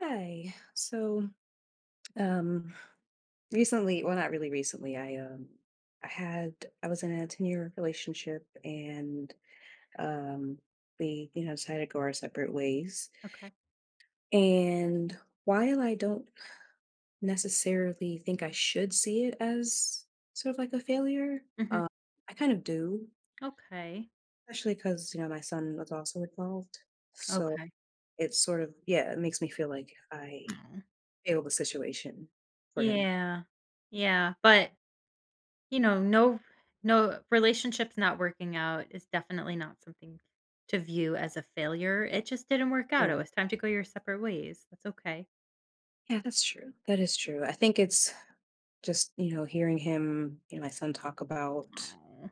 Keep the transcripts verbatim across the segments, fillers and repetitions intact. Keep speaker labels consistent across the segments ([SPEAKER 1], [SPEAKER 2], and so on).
[SPEAKER 1] Hi. So, um, recently, well, not really recently, I um, I had I was in a ten-year relationship and um, we, you know, decided to go our separate ways.
[SPEAKER 2] Okay.
[SPEAKER 1] And while I don't necessarily think I should see it as sort of like a failure,
[SPEAKER 2] Mhm.
[SPEAKER 1] um, I kind of do,
[SPEAKER 2] Okay.
[SPEAKER 1] especially because, you know, my son was also involved. So
[SPEAKER 2] Okay.
[SPEAKER 1] it's sort of, yeah, it makes me feel like I
[SPEAKER 2] Oh.
[SPEAKER 1] failed the situation for him.
[SPEAKER 2] Yeah. Yeah, but, you know, no no relationships not working out is definitely not something to view as a failure. It just didn't work out. It
[SPEAKER 1] Yeah.
[SPEAKER 2] was time to go your separate ways. That's okay.
[SPEAKER 1] Yeah, that's true. That is true. I think it's just, you know, hearing him, you know, my son talk about,
[SPEAKER 2] Oh.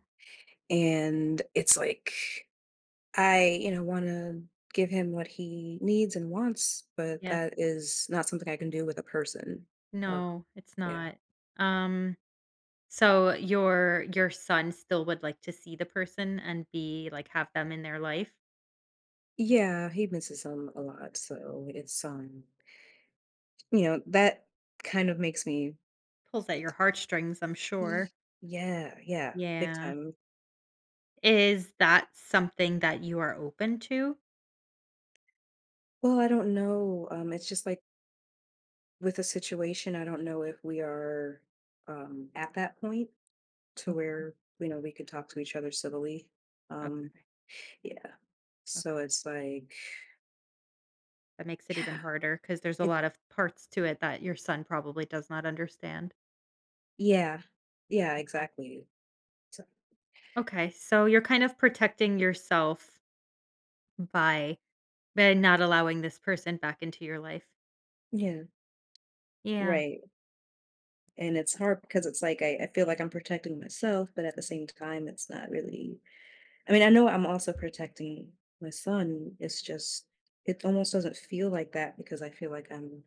[SPEAKER 1] and it's like, I, you know, want to give him what he needs and wants, but
[SPEAKER 2] Yeah.
[SPEAKER 1] that is not something I can do with a person. Oh,
[SPEAKER 2] No, it's
[SPEAKER 1] yeah.
[SPEAKER 2] not. Um, so your your son still would like to see the person and be like, have them in their life?
[SPEAKER 1] Yeah, he misses him a lot. So it's, um, you know, that kind of makes me,
[SPEAKER 2] Pulls at your heartstrings, I'm sure.
[SPEAKER 1] Ye- yeah, yeah, big
[SPEAKER 2] Yeah.
[SPEAKER 1] time.
[SPEAKER 2] Is that something that you are open to?
[SPEAKER 1] Well, I don't know. Um, it's just like, with a situation, I don't know if we are um, at that point to
[SPEAKER 2] Okay,
[SPEAKER 1] where you know we could talk to each other civilly. Um,
[SPEAKER 2] okay,
[SPEAKER 1] yeah, so
[SPEAKER 2] okay.
[SPEAKER 1] it's like
[SPEAKER 2] That makes it even
[SPEAKER 1] Yeah.
[SPEAKER 2] harder because there's a
[SPEAKER 1] it.
[SPEAKER 2] lot of parts to it that your son probably does not understand.
[SPEAKER 1] Yeah, yeah,
[SPEAKER 2] Okay.
[SPEAKER 1] exactly. So,
[SPEAKER 2] Okay, so you're kind of protecting yourself by by not allowing this person back into your life.
[SPEAKER 1] yeah,
[SPEAKER 2] Yeah,
[SPEAKER 1] right. And it's hard because it's like I, I feel like I'm protecting myself, but at the same time, it's not really. I mean, I know I'm also protecting my son. It's just it almost doesn't feel like that because I feel like I'm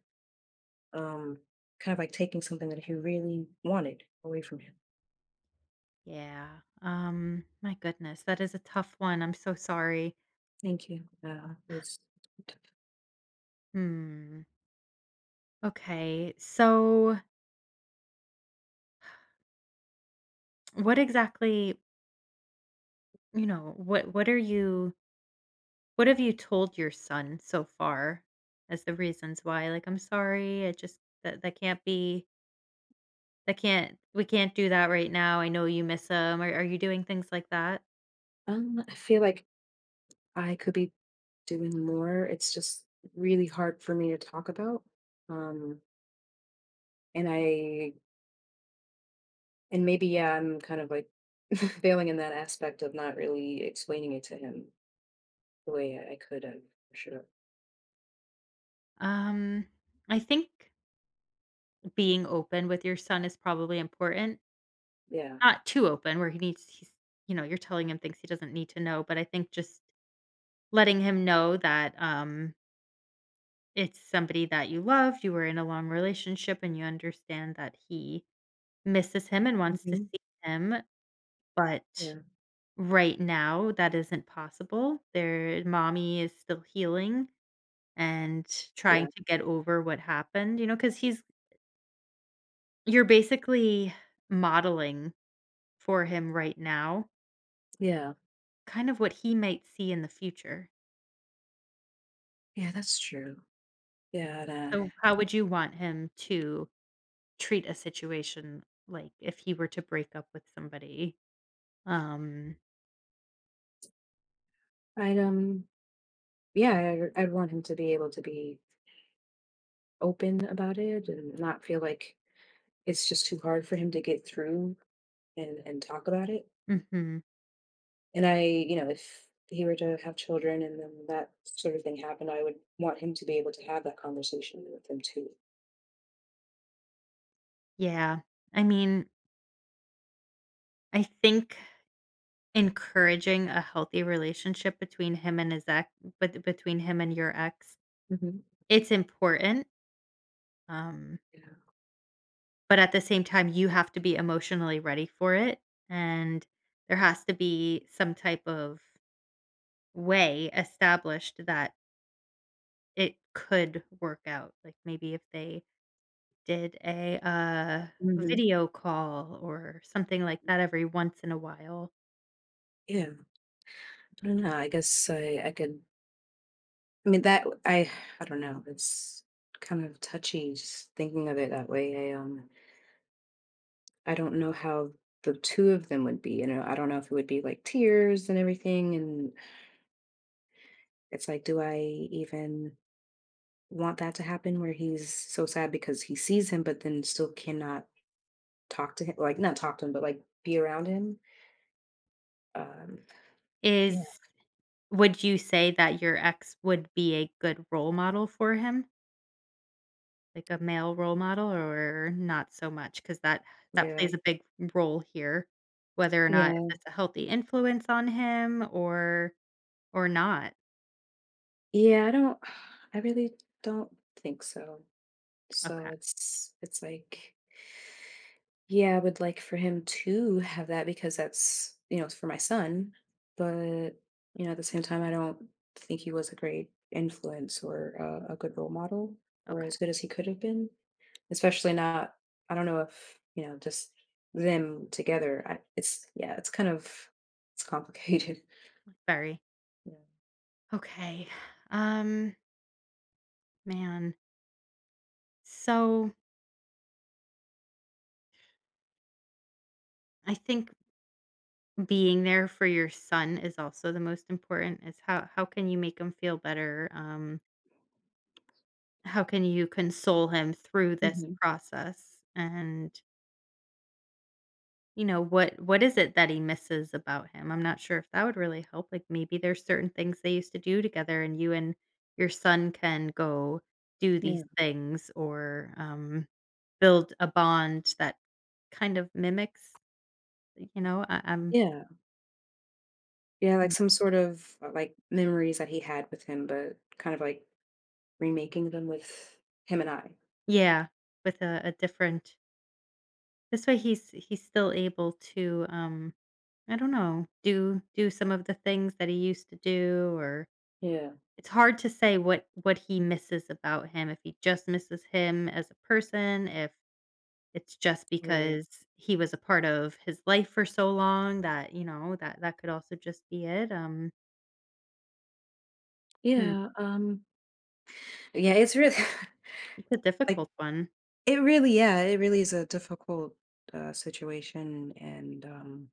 [SPEAKER 1] um, kind of like taking something that he really wanted away from him.
[SPEAKER 2] yeah. Um, my goodness, that is a tough one. I'm so sorry.
[SPEAKER 1] Thank you. Uh, it's
[SPEAKER 2] Hmm. Okay, so what exactly, you know, what what are you What have you told your son so far as the reasons why? Like, "I'm sorry, I just that that can't be that can't we can't do that right now. I know you miss him." Are are you doing things like that?
[SPEAKER 1] Um, I feel like I could be doing more. It's just really hard for me to talk about. Um, and I and maybe yeah, I'm kind of like failing in that aspect of not really explaining it to him the way I I could have or should have.
[SPEAKER 2] Um, I think being open with your son is probably important.
[SPEAKER 1] Yeah,
[SPEAKER 2] Not too open where he needs he's you know, you're telling him things he doesn't need to know, but I think just letting him know that, um, it's somebody that you love, you were in a long relationship, and you understand that he misses him and wants to
[SPEAKER 1] Mhm.
[SPEAKER 2] see him. But
[SPEAKER 1] yeah,
[SPEAKER 2] right now, that isn't possible. Their mommy is still healing and trying
[SPEAKER 1] yeah,
[SPEAKER 2] to get over what happened, you know, because he's you're basically modeling for him right now,
[SPEAKER 1] yeah,
[SPEAKER 2] kind of what he might see in the future.
[SPEAKER 1] yeah. That's true. Yeah, and, uh,
[SPEAKER 2] So how would you want him to treat a situation, like, if he were to break up with somebody? Um.
[SPEAKER 1] I'd um, yeah, i I'd want him to be able to be open about it and not feel like it's just too hard for him to get through and and talk about it
[SPEAKER 2] Mhm.
[SPEAKER 1] and I you know if he were to have children and then that sort of thing happened I would want him to be able to have that conversation with them too
[SPEAKER 2] Yeah. I mean, I think encouraging a healthy relationship between him and his ex but between him and your ex,
[SPEAKER 1] hmm
[SPEAKER 2] it's important, um,
[SPEAKER 1] yeah
[SPEAKER 2] but at the same time, you have to be emotionally ready for it, and there has to be some type of way established that it could work out, like, maybe if they did a, uh,
[SPEAKER 1] hmm
[SPEAKER 2] video call or something like that every once in a while.
[SPEAKER 1] yeah I don't know I guess i i could I mean that I I don't know it's kind of touchy just thinking of it that way i um I don't know how the two of them would be you know I don't know if it would be like tears and everything and It's like, do I even want that to happen where he's so sad because he sees him, but then still cannot talk to him, like not talk to him, but like be around him? Um, yeah,
[SPEAKER 2] Is Would you say that your ex would be a good role model for him? Like a male role model or not so much, because that that
[SPEAKER 1] yeah,
[SPEAKER 2] plays a big role here, whether or not if
[SPEAKER 1] yeah,
[SPEAKER 2] it's a healthy influence on him or or not.
[SPEAKER 1] yeah. I don't, I really don't think so. So
[SPEAKER 2] Okay,
[SPEAKER 1] it's, it's like, yeah, I would like for him to have that because that's, you know, it's for my son. But, you know, at the same time, I don't think he was a great influence or uh, a good role model or
[SPEAKER 2] okay,
[SPEAKER 1] as good as he could have been. Especially not I don't know if, you know, just them together. I, it's yeah, it's kind of it's complicated.
[SPEAKER 2] very okay. Um, man, so I think being there for your son is also the most important. Is how how can you make him feel better? Um, how can you console him through
[SPEAKER 1] Yeah.
[SPEAKER 2] this
[SPEAKER 1] Mhm.
[SPEAKER 2] process? And you know, what what is it that he misses about him? I'm not sure if that would really help, like, maybe there's certain things they used to do together and you and your son can go do these
[SPEAKER 1] Yeah.
[SPEAKER 2] things, or, um, build a bond that kind of mimics, you know, I I'm
[SPEAKER 1] Yeah. Yeah, like
[SPEAKER 2] Mm.
[SPEAKER 1] some sort of uh, like memories that he had with him, but kind of like remaking them with him and I.
[SPEAKER 2] Yeah, with a a different, this way he's he's still able to, um, I don't know, do do some of the things that he used to do. Or
[SPEAKER 1] Yeah.
[SPEAKER 2] it's hard to say what what he misses about him, if he just misses him as a person, if it's just
[SPEAKER 1] Right.
[SPEAKER 2] because he was a part of his life for so long that, you know, that that could also just be it, um, hmm,
[SPEAKER 1] Yeah. Um, Yeah, it's really
[SPEAKER 2] it's a
[SPEAKER 1] like
[SPEAKER 2] difficult one.
[SPEAKER 1] it really, yeah, it really is a difficult uh, situation, and um,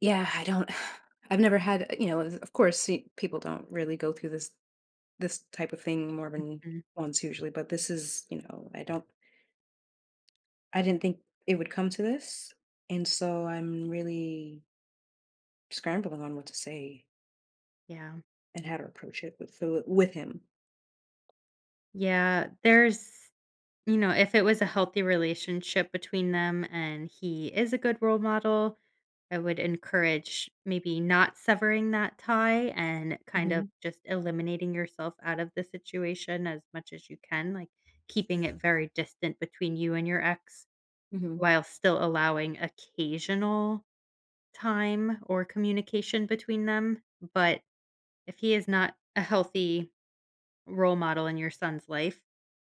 [SPEAKER 1] yeah, I don't. I've never had, you know, of course, see, people don't really go through this this type of thing more than
[SPEAKER 2] Mm,
[SPEAKER 1] once usually, but this is, you know, I don't, I didn't think it would come to this. And so I'm really scrambling on what to say
[SPEAKER 2] yeah.
[SPEAKER 1] and how to approach it with with him.
[SPEAKER 2] Yeah, there's you know, if it was a healthy relationship between them and he is a good role model, I would encourage maybe not severing that tie and kind of
[SPEAKER 1] Hmm
[SPEAKER 2] just eliminating yourself out of the situation as much as you can, like keeping it very distant between you and your ex
[SPEAKER 1] hmm
[SPEAKER 2] while still allowing occasional time or communication between them. But if he is not a healthy role model in your son's life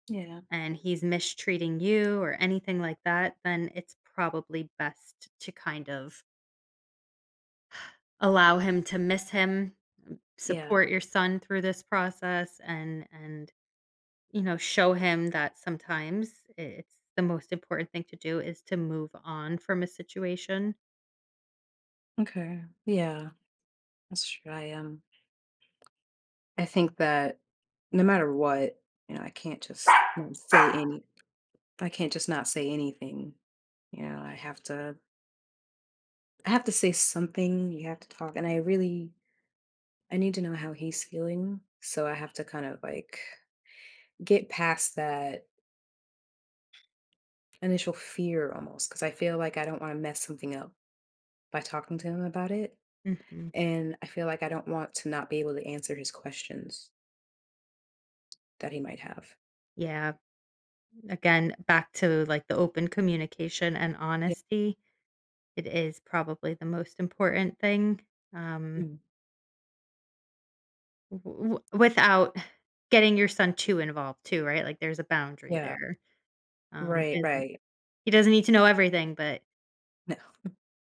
[SPEAKER 1] Yeah.
[SPEAKER 2] and he's mistreating you or anything like that, then it's probably best to kind of allow him to miss him,
[SPEAKER 1] Yeah.
[SPEAKER 2] support your son through this process, and and, you know, show him that sometimes it's the most important thing to do is to move on from a situation.
[SPEAKER 1] Okay. Yeah. That's true. I um I think that no matter what, you know, I can't just not say any I can't just not say anything. You know, I have to I have to say something, you have to talk. And I really I need to know how he's feeling. So I have to kind of like get past that initial fear almost because I feel like I don't want to mess something up by talking to him about it.
[SPEAKER 2] Mhm.
[SPEAKER 1] And I feel like I don't want to not be able to answer his questions that he might have.
[SPEAKER 2] Yeah. Again, back to, like, the open communication and
[SPEAKER 1] Yeah.
[SPEAKER 2] honesty, it is probably the most important thing, um,
[SPEAKER 1] Mm.
[SPEAKER 2] w w without getting your son too involved too, right? Like, there's a boundary
[SPEAKER 1] Yeah.
[SPEAKER 2] there. Um,
[SPEAKER 1] Right.
[SPEAKER 2] he doesn't
[SPEAKER 1] Right.
[SPEAKER 2] he doesn't need to know everything, but
[SPEAKER 1] No.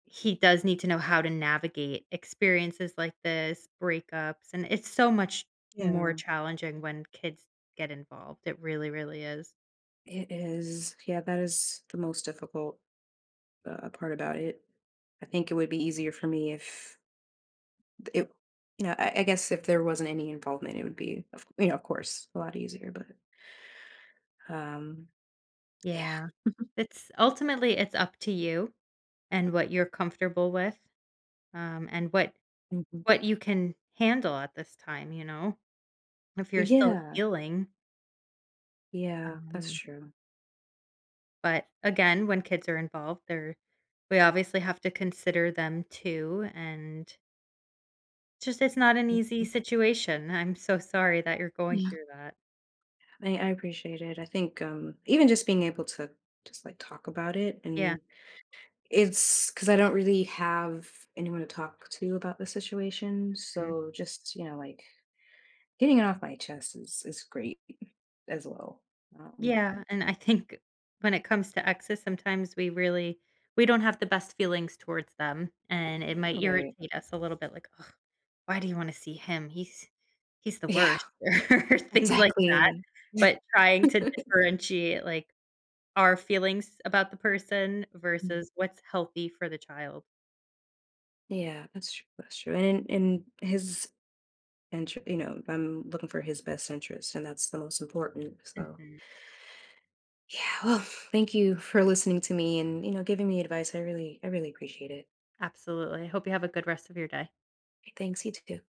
[SPEAKER 2] he does need to know how to navigate experiences like this, breakups, and it's so much more
[SPEAKER 1] Yeah.
[SPEAKER 2] challenging when kids get involved. It really, really is.
[SPEAKER 1] It is. Yeah. That is the most difficult uh, part about it. I think it would be easier for me if It you know, I I guess if there wasn't any involvement, it would be, of you know, of course, a lot easier, but, um, yeah.
[SPEAKER 2] Yeah. It's ultimately it's up to you and what you're comfortable with, um, and what
[SPEAKER 1] Mhm.
[SPEAKER 2] what you can handle at this time, you know, if you're still
[SPEAKER 1] Yeah,
[SPEAKER 2] healing.
[SPEAKER 1] yeah, that's
[SPEAKER 2] Um,
[SPEAKER 1] true.
[SPEAKER 2] but again, when kids are involved, they're we obviously have to consider them too, and it's just it's not an
[SPEAKER 1] Mm.
[SPEAKER 2] easy situation. I'm so sorry that you're going
[SPEAKER 1] Yeah.
[SPEAKER 2] through that.
[SPEAKER 1] I I appreciate it. I think, um, even just being able to just, like, talk about it
[SPEAKER 2] Yeah,
[SPEAKER 1] and it's because I don't really have anyone to talk to about the situation,
[SPEAKER 2] mhm.
[SPEAKER 1] so just, you know, like, getting it off my chest is is great as well. Um,
[SPEAKER 2] Yeah, and I think when it comes to exes, sometimes we really we don't have the best feelings towards them, and it might
[SPEAKER 1] right.
[SPEAKER 2] irritate us a little bit like, oh, why do you wanna see him? He's he's the
[SPEAKER 1] Yeah,
[SPEAKER 2] worst," or
[SPEAKER 1] Mhm.
[SPEAKER 2] things like that.
[SPEAKER 1] exactly.
[SPEAKER 2] But trying to differentiate, like, our feelings about the person versus what's healthy for the child.
[SPEAKER 1] Yeah, that's true. That's true. And in, in his interest, you know, I'm looking for his best interest, and that's the most important. So,
[SPEAKER 2] Mhm.
[SPEAKER 1] yeah. Well, thank you for listening to me and you know giving me advice. I really, I really appreciate it.
[SPEAKER 2] Absolutely. I hope you have a good rest of your day.
[SPEAKER 1] Thanks. You too.